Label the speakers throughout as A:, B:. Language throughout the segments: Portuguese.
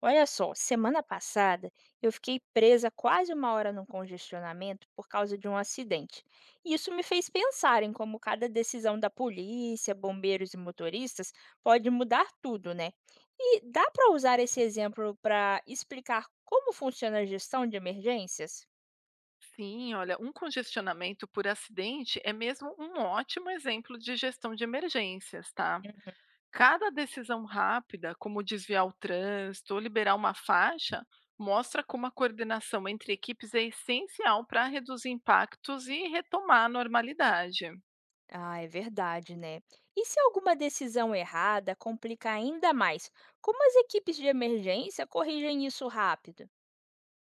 A: Olha só, semana passada eu fiquei presa quase uma hora num congestionamento por causa de um acidente. E isso me fez pensar em como cada decisão da polícia, bombeiros e motoristas pode mudar tudo, né? E dá para usar esse exemplo para explicar como funciona a gestão de emergências?
B: Sim, olha, um congestionamento por acidente é mesmo um ótimo exemplo de gestão de emergências, tá?
A: Uhum.
B: Cada decisão rápida, como desviar o trânsito ou liberar uma faixa, mostra como a coordenação entre equipes é essencial para reduzir impactos e retomar a normalidade.
A: Ah, é verdade, né? E se alguma decisão errada complica ainda mais, como as equipes de emergência corrigem isso rápido?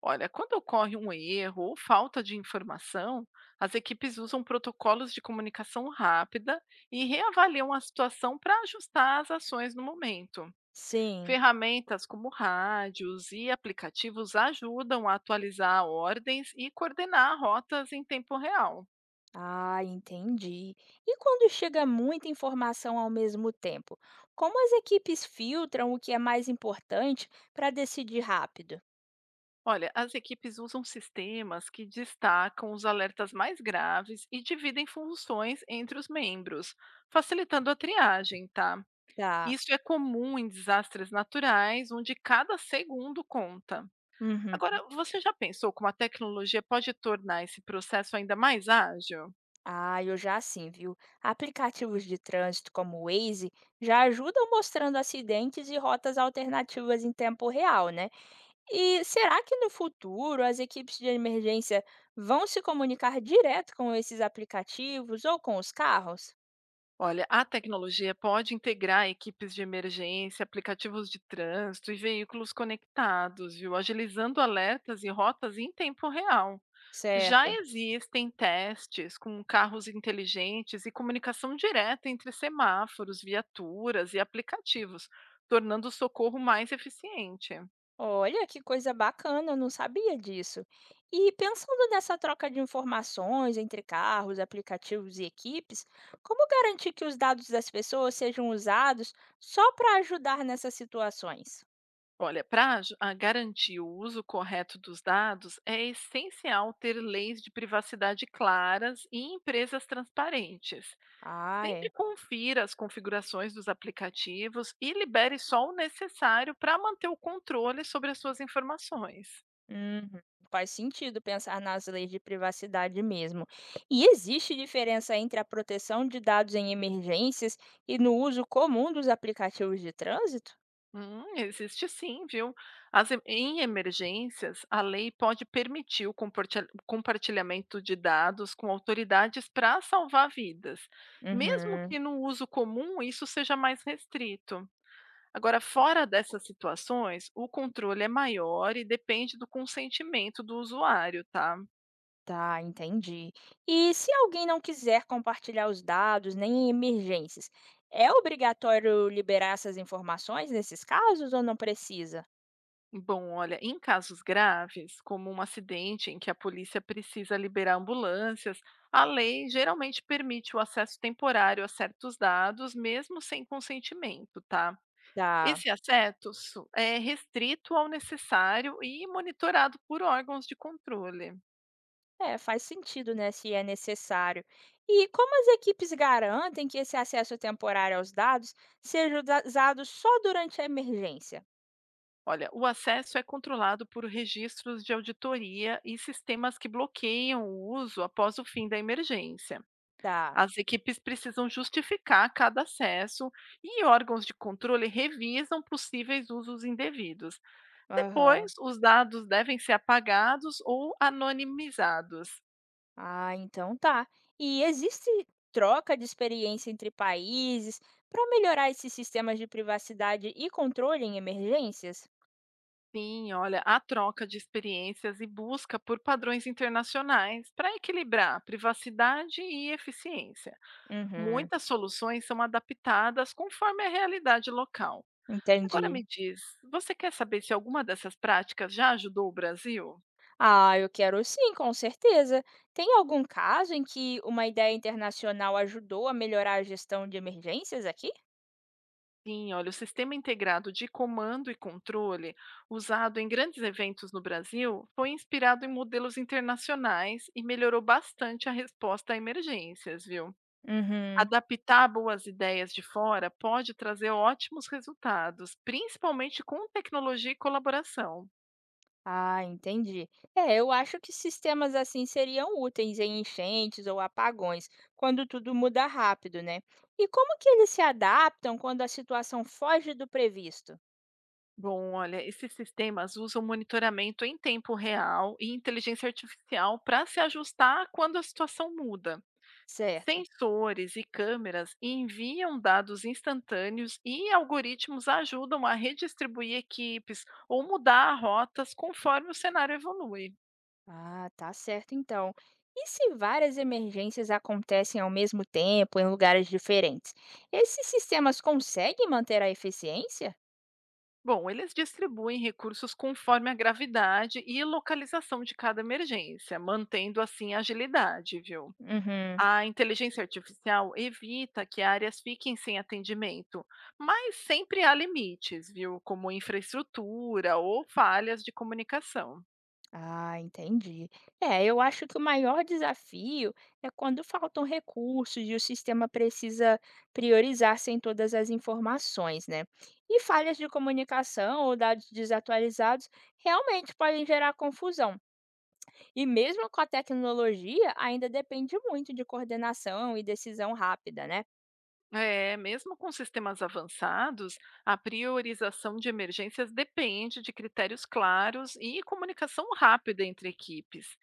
B: Olha, quando ocorre um erro ou falta de informação, as equipes usam protocolos de comunicação rápida e reavaliam a situação para ajustar as ações no momento.
A: Sim.
B: Ferramentas como rádios e aplicativos ajudam a atualizar ordens e coordenar rotas em tempo real.
A: Ah, entendi. E quando chega muita informação ao mesmo tempo, como as equipes filtram o que é mais importante para decidir rápido?
B: Olha, as equipes usam sistemas que destacam os alertas mais graves e dividem funções entre os membros, facilitando a triagem, tá?
A: Tá.
B: Isso é comum em desastres naturais, onde cada segundo conta.
A: Uhum.
B: Agora, você já pensou como a tecnologia pode tornar esse processo ainda mais ágil?
A: Ah, eu já sim, viu? Aplicativos de trânsito como o Waze já ajudam mostrando acidentes e rotas alternativas em tempo real, né? E será que no futuro as equipes de emergência vão se comunicar direto com esses aplicativos ou com os carros?
B: Olha, a tecnologia pode integrar equipes de emergência, aplicativos de trânsito e veículos conectados, viu? Agilizando alertas e rotas em tempo real. Já
A: Certo.
B: existem testes com carros inteligentes e comunicação direta entre semáforos, viaturas e aplicativos, tornando o socorro mais eficiente.
A: Olha, que coisa bacana, eu não sabia disso. E pensando nessa troca de informações entre carros, aplicativos e equipes, como garantir que os dados das pessoas sejam usados só para ajudar nessas situações?
B: Olha, para garantir o uso correto dos dados, é essencial ter leis de privacidade claras e empresas transparentes.
A: Ah,
B: Sempre
A: é.
B: confira as configurações dos aplicativos e libere só o necessário para manter o controle sobre as suas informações.
A: Uhum. Faz sentido pensar nas leis de privacidade mesmo. E existe diferença entre a proteção de dados em emergências e no uso comum dos aplicativos de trânsito?
B: Existe sim, viu? As em emergências, a lei pode permitir o compartilhamento de dados com autoridades para salvar vidas, mesmo
A: Uhum.
B: que no uso comum isso seja mais restrito. Agora, fora dessas situações, o controle é maior e depende do consentimento do usuário, tá?
A: Tá, entendi. E se alguém não quiser compartilhar os dados, nem em emergências, é obrigatório liberar essas informações nesses casos ou não precisa?
B: Bom, olha, em casos graves, como um acidente em que a polícia precisa liberar ambulâncias, a lei geralmente permite o acesso temporário a certos dados, mesmo sem consentimento, tá?
A: Tá.
B: Esse acesso é restrito ao necessário e monitorado por órgãos de controle.
A: É, faz sentido, né, se é necessário. E como as equipes garantem que esse acesso temporário aos dados seja usado só durante a emergência?
B: Olha, o acesso é controlado por registros de auditoria e sistemas que bloqueiam o uso após o fim da emergência.
A: Tá.
B: As equipes precisam justificar cada acesso e órgãos de controle revisam possíveis usos indevidos.
A: Aham.
B: Depois, os dados devem ser apagados ou anonimizados.
A: Ah, então tá. E existe troca de experiência entre países para melhorar esses sistemas de privacidade e controle em emergências?
B: Sim, olha, a troca de experiências e busca por padrões internacionais para equilibrar privacidade e eficiência.
A: Uhum,
B: Muitas soluções são adaptadas conforme a realidade local. Agora
A: entendi.
B: me diz, você quer saber se alguma dessas práticas já ajudou o Brasil?
A: Ah, eu quero sim, com certeza. Tem algum caso em que uma ideia internacional ajudou a melhorar a gestão de emergências aqui?
B: Sim, olha, o sistema integrado de comando e controle, usado em grandes eventos no Brasil, foi inspirado em modelos internacionais e melhorou bastante a resposta a emergências, viu?
A: Uhum.
B: Adaptar boas ideias de fora pode trazer ótimos resultados, principalmente com tecnologia e colaboração.
A: Ah, entendi. É, eu acho que sistemas assim seriam úteis em enchentes ou apagões, quando tudo muda rápido, né? E como que eles se adaptam quando a situação foge do previsto?
B: Bom, olha, esses sistemas usam monitoramento em tempo real e inteligência artificial para se ajustar quando a situação muda.
A: Certo.
B: Sensores e câmeras enviam dados instantâneos e algoritmos ajudam a redistribuir equipes ou mudar rotas conforme o cenário evolui.
A: Ah, tá certo então. E se várias emergências acontecem ao mesmo tempo em lugares diferentes? Esses sistemas conseguem manter a eficiência?
B: Bom, eles distribuem recursos conforme a gravidade e localização de cada emergência, mantendo assim a agilidade, viu?
A: Uhum.
B: A inteligência artificial evita que áreas fiquem sem atendimento, mas sempre há limites, viu? Como infraestrutura ou falhas de comunicação.
A: Ah, entendi. É, eu acho que o maior desafio é quando faltam recursos e o sistema precisa priorizar sem todas as informações, né? E falhas de comunicação ou dados desatualizados realmente podem gerar confusão. E mesmo com a tecnologia, ainda depende muito de coordenação e decisão rápida, né?
B: É, mesmo com sistemas avançados, a priorização de emergências depende de critérios claros e comunicação rápida entre equipes.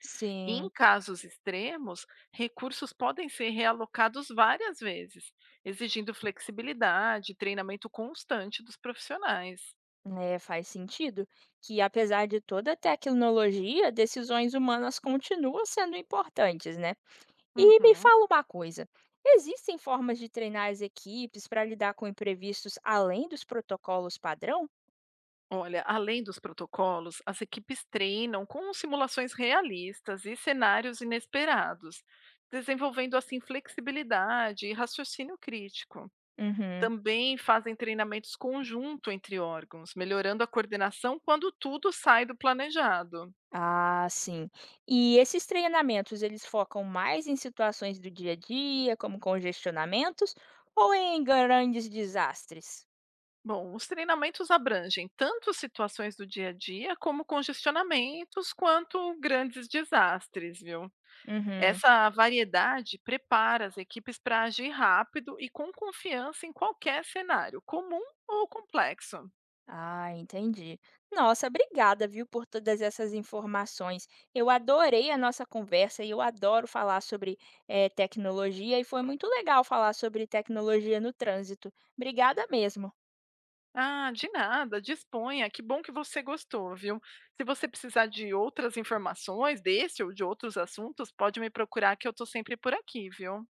B: Em
A: Sim.
B: casos extremos, recursos podem ser realocados várias vezes, exigindo flexibilidade e treinamento constante dos profissionais.
A: É, faz sentido que, apesar de toda a tecnologia, decisões humanas continuam sendo importantes, né? E me
B: Uhum.
A: fala uma coisa, existem formas de treinar as equipes para lidar com imprevistos além dos protocolos padrão?
B: Olha, além dos protocolos, as equipes treinam com simulações realistas e cenários inesperados, desenvolvendo assim flexibilidade e raciocínio crítico.
A: Uhum.
B: Também fazem treinamentos conjunto entre órgãos, melhorando a coordenação quando tudo sai do planejado.
A: Ah, sim. E esses treinamentos, eles focam mais em situações do dia a dia, como congestionamentos, ou em grandes desastres?
B: Bom, os treinamentos abrangem tanto situações do dia a dia, como congestionamentos, quanto grandes desastres, viu?
A: Uhum.
B: Essa variedade prepara as equipes para agir rápido e com confiança em qualquer cenário, comum ou complexo.
A: Ah, entendi. Nossa, obrigada, viu, por todas essas informações. Eu adorei a nossa conversa e eu adoro falar sobre tecnologia, e foi muito legal falar sobre tecnologia no trânsito. Obrigada mesmo.
B: Ah, de nada, disponha. Que bom que você gostou, viu? Se você precisar de outras informações desse ou de outros assuntos, pode me procurar que eu estou sempre por aqui, viu?